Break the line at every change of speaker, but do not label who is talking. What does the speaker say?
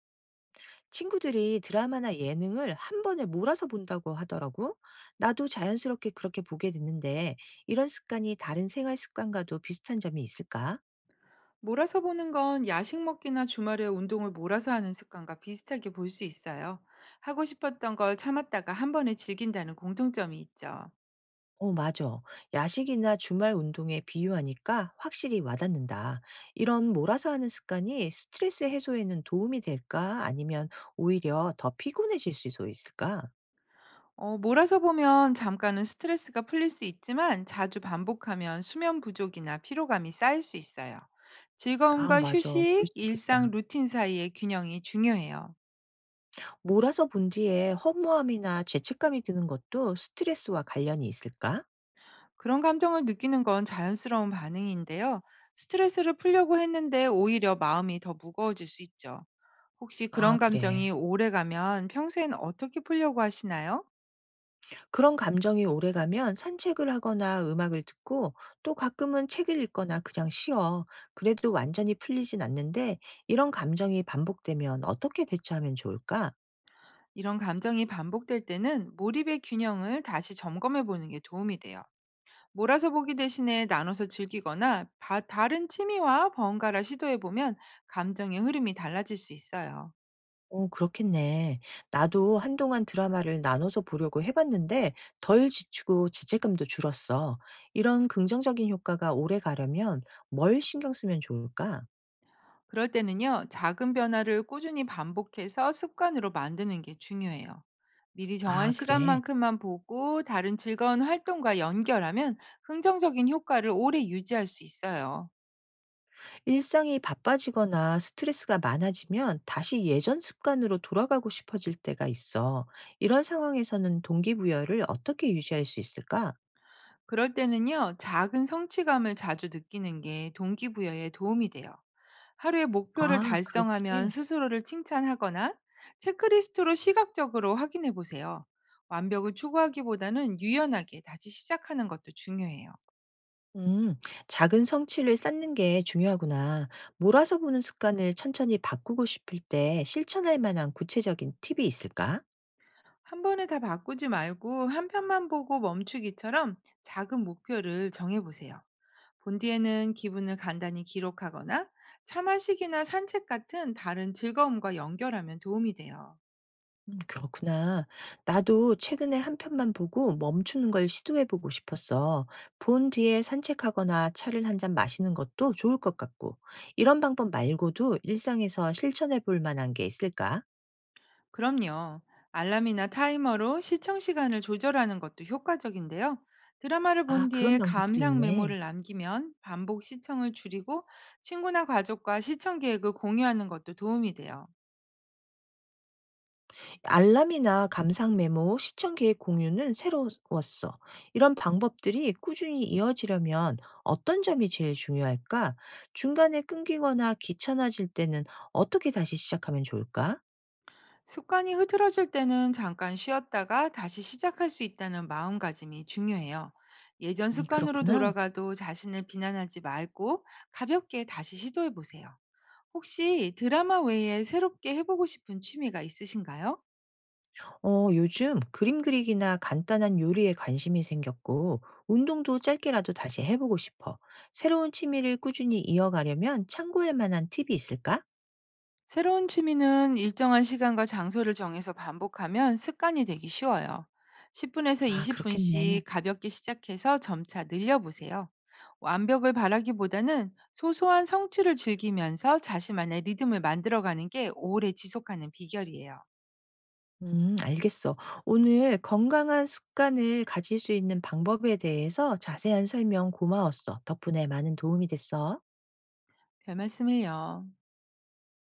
친구들이 드라마나 예능을 한 번에 몰아서 본다고 하더라고. 나도 자연스럽게 그렇게 보게 됐는데 이런 습관이 다른 생활 습관과도 비슷한 점이 있을까?
몰아서 보는 건 야식 먹기나 주말에 운동을 몰아서 하는 습관과 비슷하게 볼 수 있어요. 하고 싶었던 걸 참았다가 한 번에 즐긴다는 공통점이 있죠.
어, 맞아. 야식이나 주말 운동에 비유하니까 확실히 와닿는다. 이런 몰아서 하는 습관이 스트레스 해소에는 도움이 될까? 아니면 오히려 더 피곤해질 수도 있을까?
어, 몰아서 보면 잠깐은 스트레스가 풀릴 수 있지만 자주 반복하면 수면 부족이나 피로감이 쌓일 수 있어요.
아,
즐거움과
맞아. 그럴
휴식,
수 있겠다.
일상 루틴 사이의 균형이 중요해요.
몰아서 본 뒤에 허무함이나 죄책감이 드는 것도 스트레스와 관련이 있을까?
그런 감정을 느끼는 건 자연스러운 반응인데요. 스트레스를 풀려고 했는데 오히려 마음이 더 무거워질 수 있죠. 혹시 그런
아,
감정이
그래.
오래가면 평소엔 어떻게 풀려고 하시나요?
그런 감정이 오래가면 산책을 하거나 음악을 듣고 또 가끔은 책을 읽거나 그냥 쉬어. 그래도 완전히 풀리진 않는데 이런 감정이 반복되면 어떻게 대처하면 좋을까?
이런 감정이 반복될 때는 몰입의 균형을 다시 점검해 보는 게 도움이 돼요. 몰아서 보기 대신에 나눠서 즐기거나 다른 취미와 번갈아 시도해 보면 감정의 흐름이 달라질 수 있어요.
어, 그렇겠네. 나도 한동안 드라마를 나눠서 보려고 해봤는데 덜 지치고 죄책감도 줄었어. 이런 긍정적인 효과가 오래 가려면 뭘 신경 쓰면 좋을까?
그럴 때는요, 작은 변화를 꾸준히 반복해서 습관으로 만드는 게 중요해요. 미리 정한
아, 그래.
시간만큼만 보고 다른 즐거운 활동과 연결하면 긍정적인 효과를 오래 유지할 수 있어요.
일상이 바빠지거나 스트레스가 많아지면 다시 예전 습관으로 돌아가고 싶어질 때가 있어. 이런 상황에서는 동기부여를 어떻게 유지할 수 있을까?
그럴 때는요, 작은 성취감을 자주 느끼는 게 동기부여에 도움이 돼요. 하루의 목표를
아,
달성하면
그렇게.
스스로를 칭찬하거나 체크리스트로 시각적으로 확인해 보세요. 완벽을 추구하기보다는 유연하게 다시 시작하는 것도 중요해요.
음, 작은 성취를 쌓는 게 중요하구나. 몰아서 보는 습관을 천천히 바꾸고 싶을 때 실천할 만한 구체적인 팁이 있을까?
한 번에 다 바꾸지 말고 한 편만 보고 멈추기처럼 작은 목표를 정해 보세요. 본 뒤에는 기분을 간단히 기록하거나 차 마시기나 산책 같은 다른 즐거움과 연결하면 도움이 돼요.
그렇구나. 나도 최근에 한 편만 보고 멈추는 걸 시도해보고 싶었어. 본 뒤에 산책하거나 차를 한 잔 마시는 것도 좋을 것 같고. 이런 방법 말고도 일상에서 실천해볼 만한 게 있을까?
그럼요. 알람이나 타이머로 시청 시간을 조절하는 것도 효과적인데요. 드라마를 본
아, 그런
뒤에
방법도
감상
있네.
메모를 남기면 반복 시청을 줄이고 친구나 가족과 시청 계획을 공유하는 것도 도움이 돼요.
알람이나 감상 메모, 시청 계획 공유는 새로웠어. 이런 방법들이 꾸준히 이어지려면 어떤 점이 제일 중요할까? 중간에 끊기거나 귀찮아질 때는 어떻게 다시 시작하면 좋을까?
습관이 흐트러질 때는 잠깐 쉬었다가 다시 시작할 수 있다는 마음가짐이 중요해요. 예전 습관으로
그렇구나.
돌아가도 자신을 비난하지 말고 가볍게 다시 시도해 보세요. 혹시 드라마 외에 새롭게 해보고 싶은 취미가 있으신가요?
어, 요즘 그림 그리기나 간단한 요리에 관심이 생겼고, 운동도 짧게라도 다시 해보고 싶어. 새로운 취미를 꾸준히 이어가려면 참고할 만한 팁이 있을까?
새로운 취미는 일정한 시간과 장소를 정해서 반복하면 습관이 되기 쉬워요. 10분에서
아,
20분씩
그렇겠네.
가볍게 시작해서 점차 늘려보세요. 완벽을 바라기보다는 소소한 성취를 즐기면서 자신만의 리듬을 만들어가는 게 오래 지속하는 비결이에요.
알겠어. 오늘 건강한 습관을 가질 수 있는 방법에 대해서 자세한 설명 고마웠어. 덕분에 많은 도움이 됐어.
별 말씀을요.